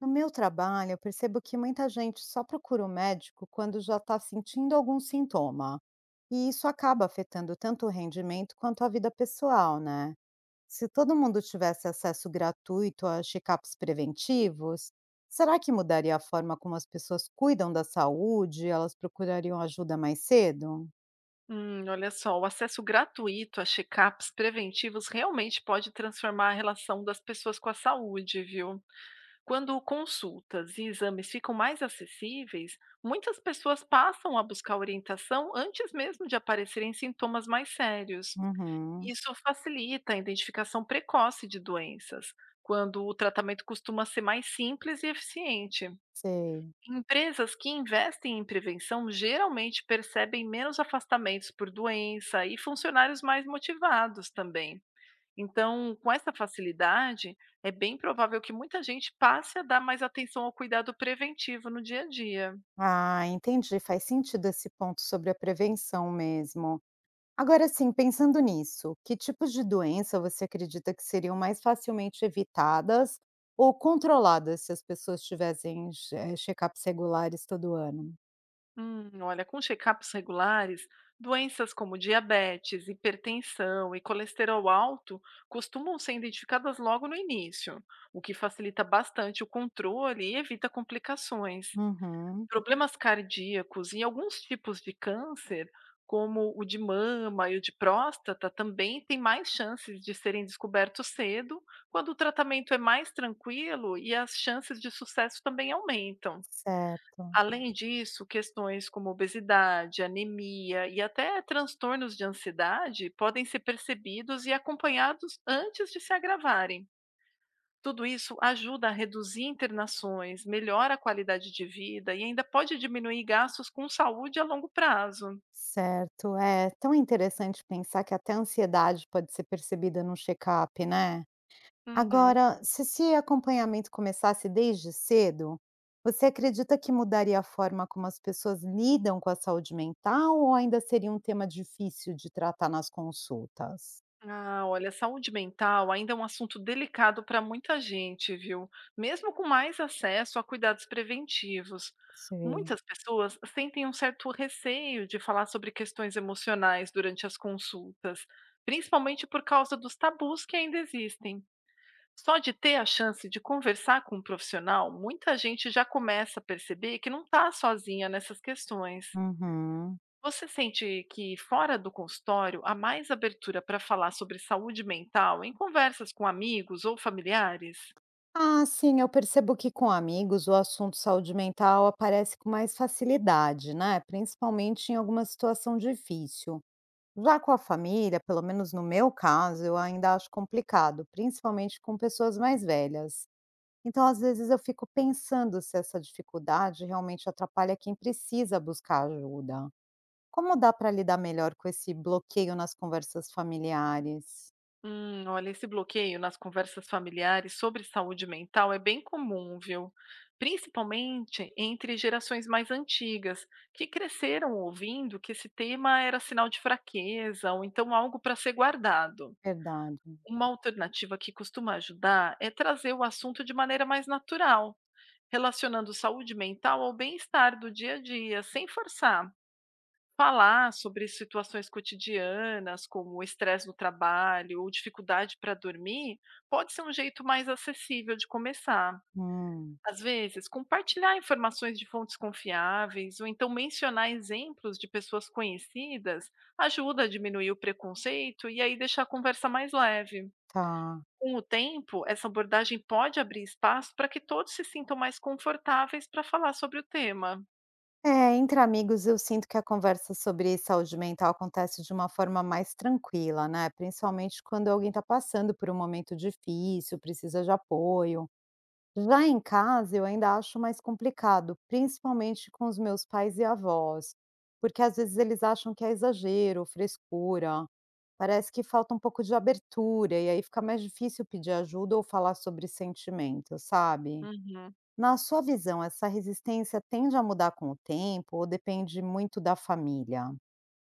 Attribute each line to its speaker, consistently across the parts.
Speaker 1: No meu trabalho, eu percebo que muita gente só procura o médico quando já está sentindo algum sintoma. E isso acaba afetando tanto o rendimento quanto a vida pessoal, né? Se todo mundo tivesse acesso gratuito a check-ups preventivos, será que mudaria a forma como as pessoas cuidam da saúde? Elas procurariam ajuda mais cedo?
Speaker 2: Olha só, o acesso gratuito a check-ups preventivos realmente pode transformar a relação das pessoas com a saúde, viu? Quando consultas e exames ficam mais acessíveis, muitas pessoas passam a buscar orientação antes mesmo de aparecerem sintomas mais sérios.
Speaker 1: Uhum,
Speaker 2: Isso facilita a identificação precoce de doenças, quando o tratamento costuma ser mais simples e eficiente.
Speaker 1: sei.
Speaker 2: Empresas que investem em prevenção geralmente percebem menos afastamentos por doença e funcionários mais motivados também. Então, com essa facilidade, é bem provável que muita gente passe a dar mais atenção ao cuidado preventivo no dia a dia.
Speaker 1: Ah, entendi. Faz sentido esse ponto sobre a prevenção mesmo. Agora sim, pensando nisso, que tipos de doença você acredita que seriam mais facilmente evitadas ou controladas se as pessoas tivessem check-ups regulares todo ano?
Speaker 2: Olha, com check-ups regulares, doenças como diabetes, hipertensão e colesterol alto costumam ser identificadas logo no início, o que facilita bastante o controle e evita complicações.
Speaker 1: Uhum.
Speaker 2: Problemas cardíacos e alguns tipos de câncer, como o de mama e o de próstata, também têm mais chances de serem descobertos cedo, quando o tratamento é mais tranquilo e as chances de sucesso também aumentam.
Speaker 1: Certo,
Speaker 2: Além disso, questões como obesidade, anemia e até transtornos de ansiedade podem ser percebidos e acompanhados antes de se agravarem. Tudo isso ajuda a reduzir internações, melhora a qualidade de vida e ainda pode diminuir gastos com saúde a longo prazo.
Speaker 1: certo. É tão interessante pensar que até a ansiedade pode ser percebida num check-up, né?
Speaker 2: Uhum.
Speaker 1: Agora, se esse acompanhamento começasse desde cedo, você acredita que mudaria a forma como as pessoas lidam com a saúde mental ou ainda seria um tema difícil de tratar nas consultas?
Speaker 2: Ah, olha, saúde mental ainda é um assunto delicado para muita gente, viu? Mesmo com mais acesso a cuidados preventivos.
Speaker 1: Sei.
Speaker 2: Muitas pessoas sentem um certo receio de falar sobre questões emocionais durante as consultas, principalmente por causa dos tabus que ainda existem. Só de ter a chance de conversar com um profissional, muita gente já começa a perceber que não está sozinha nessas questões.
Speaker 1: Uhum.
Speaker 2: Você sente que fora do consultório há mais abertura para falar sobre saúde mental em conversas com amigos ou familiares?
Speaker 1: Ah, sim, eu percebo que com amigos o assunto saúde mental aparece com mais facilidade, né? Principalmente em alguma situação difícil. Já com a família, pelo menos no meu caso, eu ainda acho complicado, principalmente com pessoas mais velhas. Então, às vezes, eu fico pensando se essa dificuldade realmente atrapalha quem precisa buscar ajuda. Como dá para lidar melhor com esse bloqueio nas conversas familiares?
Speaker 2: Olha, esse bloqueio nas conversas familiares sobre saúde mental é bem comum, viu? Principalmente entre gerações mais antigas, que cresceram ouvindo que esse tema era sinal de fraqueza ou então algo para ser guardado.
Speaker 1: Verdade.
Speaker 2: Uma alternativa que costuma ajudar é trazer o assunto de maneira mais natural, relacionando saúde mental ao bem-estar do dia a dia, sem forçar. Falar sobre situações cotidianas, como o estresse no trabalho ou dificuldade para dormir, pode ser um jeito mais acessível de começar.
Speaker 1: Hum,
Speaker 2: Às vezes, compartilhar informações de fontes confiáveis ou então mencionar exemplos de pessoas conhecidas ajuda a diminuir o preconceito e aí deixar a conversa mais leve.
Speaker 1: tá.
Speaker 2: Com o tempo, essa abordagem pode abrir espaço para que todos se sintam mais confortáveis para falar sobre o tema.
Speaker 1: É, entre amigos eu sinto que a conversa sobre saúde mental acontece de uma forma mais tranquila, né? Principalmente quando alguém está passando por um momento difícil, precisa de apoio. Já em casa, eu ainda acho mais complicado, principalmente com os meus pais e avós, porque às vezes eles acham que é exagero, ou frescura, parece que falta um pouco de abertura, e aí fica mais difícil pedir ajuda ou falar sobre sentimentos, sabe?
Speaker 2: Uhum.
Speaker 1: Na sua visão, essa resistência tende a mudar com o tempo ou depende muito da família?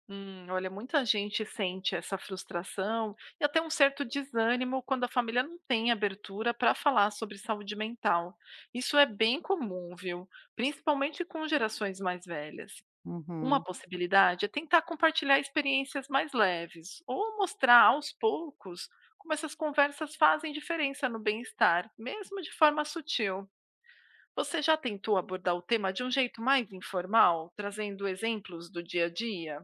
Speaker 2: Olha, muita gente sente essa frustração e até um certo desânimo quando a família não tem abertura para falar sobre saúde mental. Isso é bem comum, viu? Principalmente com gerações mais velhas. Uma
Speaker 1: Uhum.
Speaker 2: possibilidade é tentar compartilhar experiências mais leves ou mostrar aos poucos como essas conversas fazem diferença no bem-estar, mesmo de forma sutil. Você já tentou abordar o tema de um jeito mais informal, trazendo exemplos do dia a dia?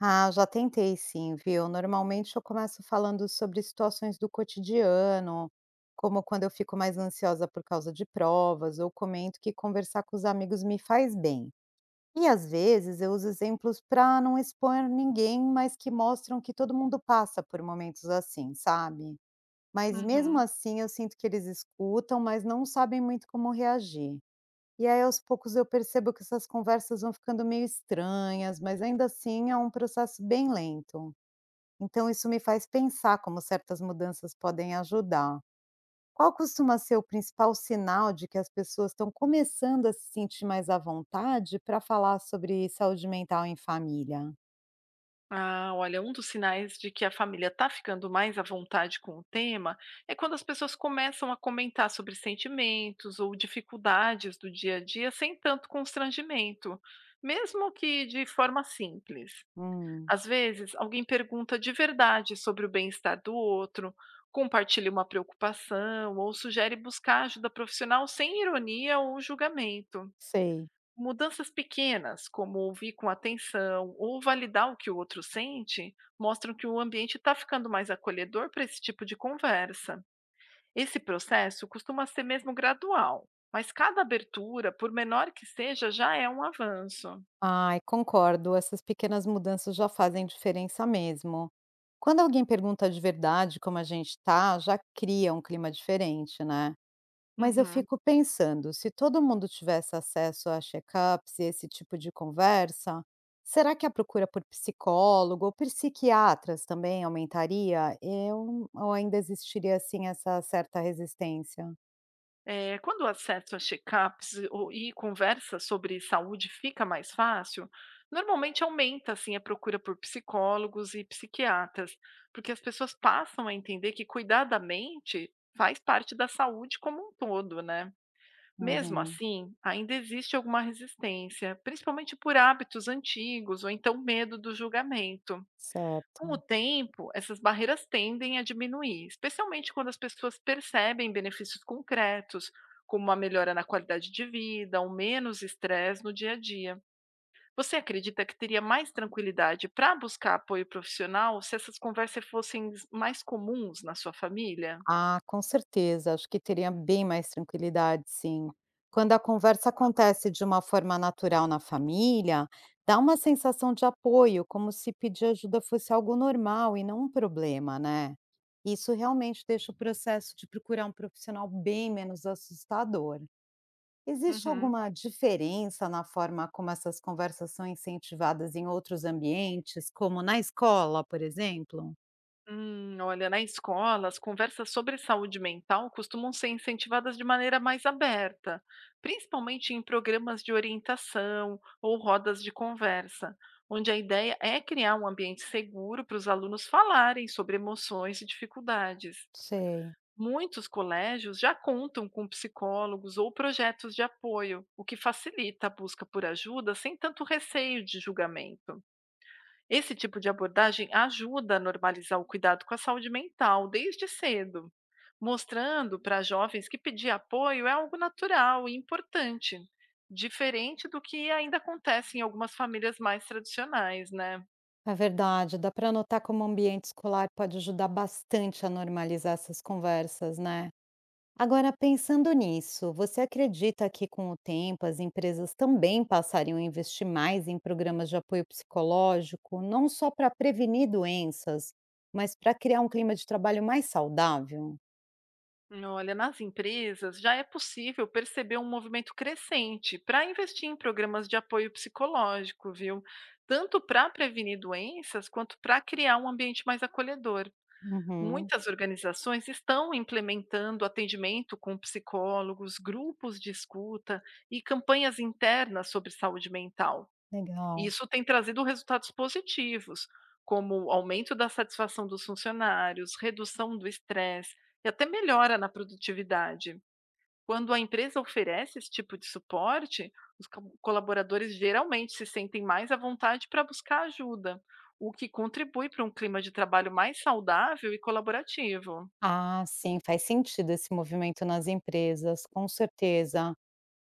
Speaker 1: Ah, já tentei sim, viu. Normalmente eu começo falando sobre situações do cotidiano, como quando eu fico mais ansiosa por causa de provas, ou comento que conversar com os amigos me faz bem. E às vezes eu uso exemplos para não expor ninguém, mas que mostram que todo mundo passa por momentos assim, sabe? Mas mesmo
Speaker 2: Uhum.
Speaker 1: assim eu sinto que eles escutam, mas não sabem muito como reagir. E aí aos poucos eu percebo que essas conversas vão ficando meio estranhas, mas ainda assim é um processo bem lento. Então isso me faz pensar como certas mudanças podem ajudar. Qual costuma ser o principal sinal de que as pessoas estão começando a se sentir mais à vontade para falar sobre saúde mental em família?
Speaker 2: Ah, olha, um dos sinais de que a família está ficando mais à vontade com o tema é quando as pessoas começam a comentar sobre sentimentos ou dificuldades do dia a dia sem tanto constrangimento, mesmo que de forma simples.
Speaker 1: Hum,
Speaker 2: Às vezes, alguém pergunta de verdade sobre o bem-estar do outro, compartilha uma preocupação ou sugere buscar ajuda profissional sem ironia ou julgamento.
Speaker 1: sei.
Speaker 2: Mudanças pequenas, como ouvir com atenção ou validar o que o outro sente, mostram que o ambiente está ficando mais acolhedor para esse tipo de conversa. Esse processo costuma ser mesmo gradual, mas cada abertura, por menor que seja, já é um avanço.
Speaker 1: Ai, concordo. Essas pequenas mudanças já fazem diferença mesmo. Quando alguém pergunta de verdade como a gente tá, já cria um clima diferente, né? Mas eu
Speaker 2: Uhum.
Speaker 1: fico pensando, se todo mundo tivesse acesso a check-ups e esse tipo de conversa, será que a procura por psicólogo ou por psiquiatras também aumentaria? Eu Ou ainda existiria assim essa certa resistência?
Speaker 2: É, quando o acesso a check-ups e conversa sobre saúde fica mais fácil, normalmente aumenta assim a procura por psicólogos e psiquiatras, porque as pessoas passam a entender que cuidar da mente faz parte da saúde como um todo, né? Mesmo
Speaker 1: Uhum,
Speaker 2: assim, ainda existe alguma resistência, principalmente por hábitos antigos ou então medo do julgamento. Com o
Speaker 1: certo.
Speaker 2: tempo, essas barreiras tendem a diminuir, especialmente quando as pessoas percebem benefícios concretos, como uma melhora na qualidade de vida, um menos estresse no dia a dia. Você acredita que teria mais tranquilidade para buscar apoio profissional se essas conversas fossem mais comuns na sua família?
Speaker 1: Ah, com certeza, acho que teria bem mais tranquilidade, sim. Quando a conversa acontece de uma forma natural na família, dá uma sensação de apoio, como se pedir ajuda fosse algo normal e não um problema, né? Isso realmente deixa o processo de procurar um profissional bem menos assustador. Existe
Speaker 2: Uhum.
Speaker 1: alguma diferença na forma como essas conversas são incentivadas em outros ambientes, como na escola, por exemplo?
Speaker 2: Olha, na escola, as conversas sobre saúde mental costumam ser incentivadas de maneira mais aberta, principalmente em programas de orientação ou rodas de conversa, onde a ideia é criar um ambiente seguro para os alunos falarem sobre emoções e dificuldades.
Speaker 1: Sei.
Speaker 2: Muitos colégios já contam com psicólogos ou projetos de apoio, o que facilita a busca por ajuda sem tanto receio de julgamento. Esse tipo de abordagem ajuda a normalizar o cuidado com a saúde mental desde cedo, mostrando para jovens que pedir apoio é algo natural e importante, diferente do que ainda acontece em algumas famílias mais tradicionais, né?
Speaker 1: É verdade, dá para notar como o ambiente escolar pode ajudar bastante a normalizar essas conversas, né? Agora, pensando nisso, você acredita que com o tempo as empresas também passariam a investir mais em programas de apoio psicológico, não só para prevenir doenças, mas para criar um clima de trabalho mais saudável?
Speaker 2: Olha, nas empresas já é possível perceber um movimento crescente para investir em programas de apoio psicológico, viu? Tanto para prevenir doenças quanto para criar um ambiente mais acolhedor.
Speaker 1: Uhum,
Speaker 2: Muitas organizações estão implementando atendimento com psicólogos, grupos de escuta e campanhas internas sobre saúde mental.
Speaker 1: legal.
Speaker 2: Isso tem trazido resultados positivos, como o aumento da satisfação dos funcionários, redução do estresse e até melhora na produtividade. Quando a empresa oferece esse tipo de suporte, os co colaboradores geralmente se sentem mais à vontade para buscar ajuda, o que contribui para um clima de trabalho mais saudável e colaborativo.
Speaker 1: Ah, sim, faz sentido esse movimento nas empresas, com certeza.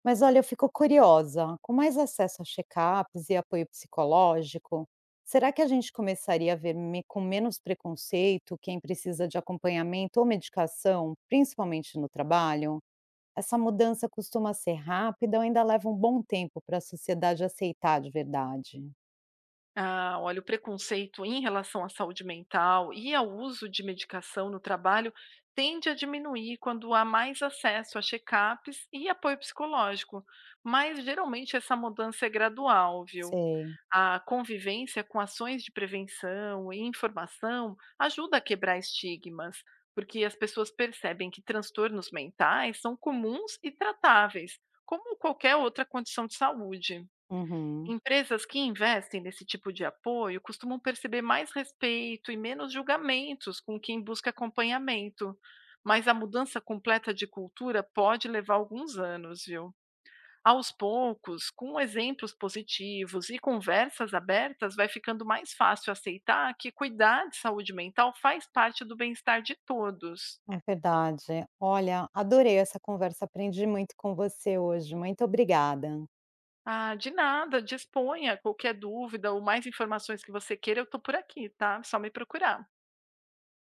Speaker 1: Mas olha, eu fico curiosa, com mais acesso a check-ups e apoio psicológico, será que a gente começaria a ver com menos preconceito quem precisa de acompanhamento ou medicação, principalmente no trabalho? Essa mudança costuma ser rápida ou ainda leva um bom tempo para a sociedade aceitar de verdade?
Speaker 2: Ah, olha, o preconceito em relação à saúde mental e ao uso de medicação no trabalho tende a diminuir quando há mais acesso a check-ups e apoio psicológico, mas geralmente essa mudança é gradual, viu?
Speaker 1: Sei.
Speaker 2: A convivência com ações de prevenção e informação ajuda a quebrar estigmas, porque as pessoas percebem que transtornos mentais são comuns e tratáveis, como qualquer outra condição de saúde.
Speaker 1: Uhum.
Speaker 2: Empresas que investem nesse tipo de apoio costumam perceber mais respeito e menos julgamentos com quem busca acompanhamento, mas a mudança completa de cultura pode levar alguns anos, viu? Aos poucos, com exemplos positivos e conversas abertas, vai ficando mais fácil aceitar que cuidar de saúde mental faz parte do bem-estar de todos.
Speaker 1: É verdade. Olha, adorei essa conversa, aprendi muito com você hoje. Muito obrigada.
Speaker 2: Ah, de nada, disponha. Qualquer dúvida ou mais informações que você queira, eu estou por aqui, tá? É só me procurar.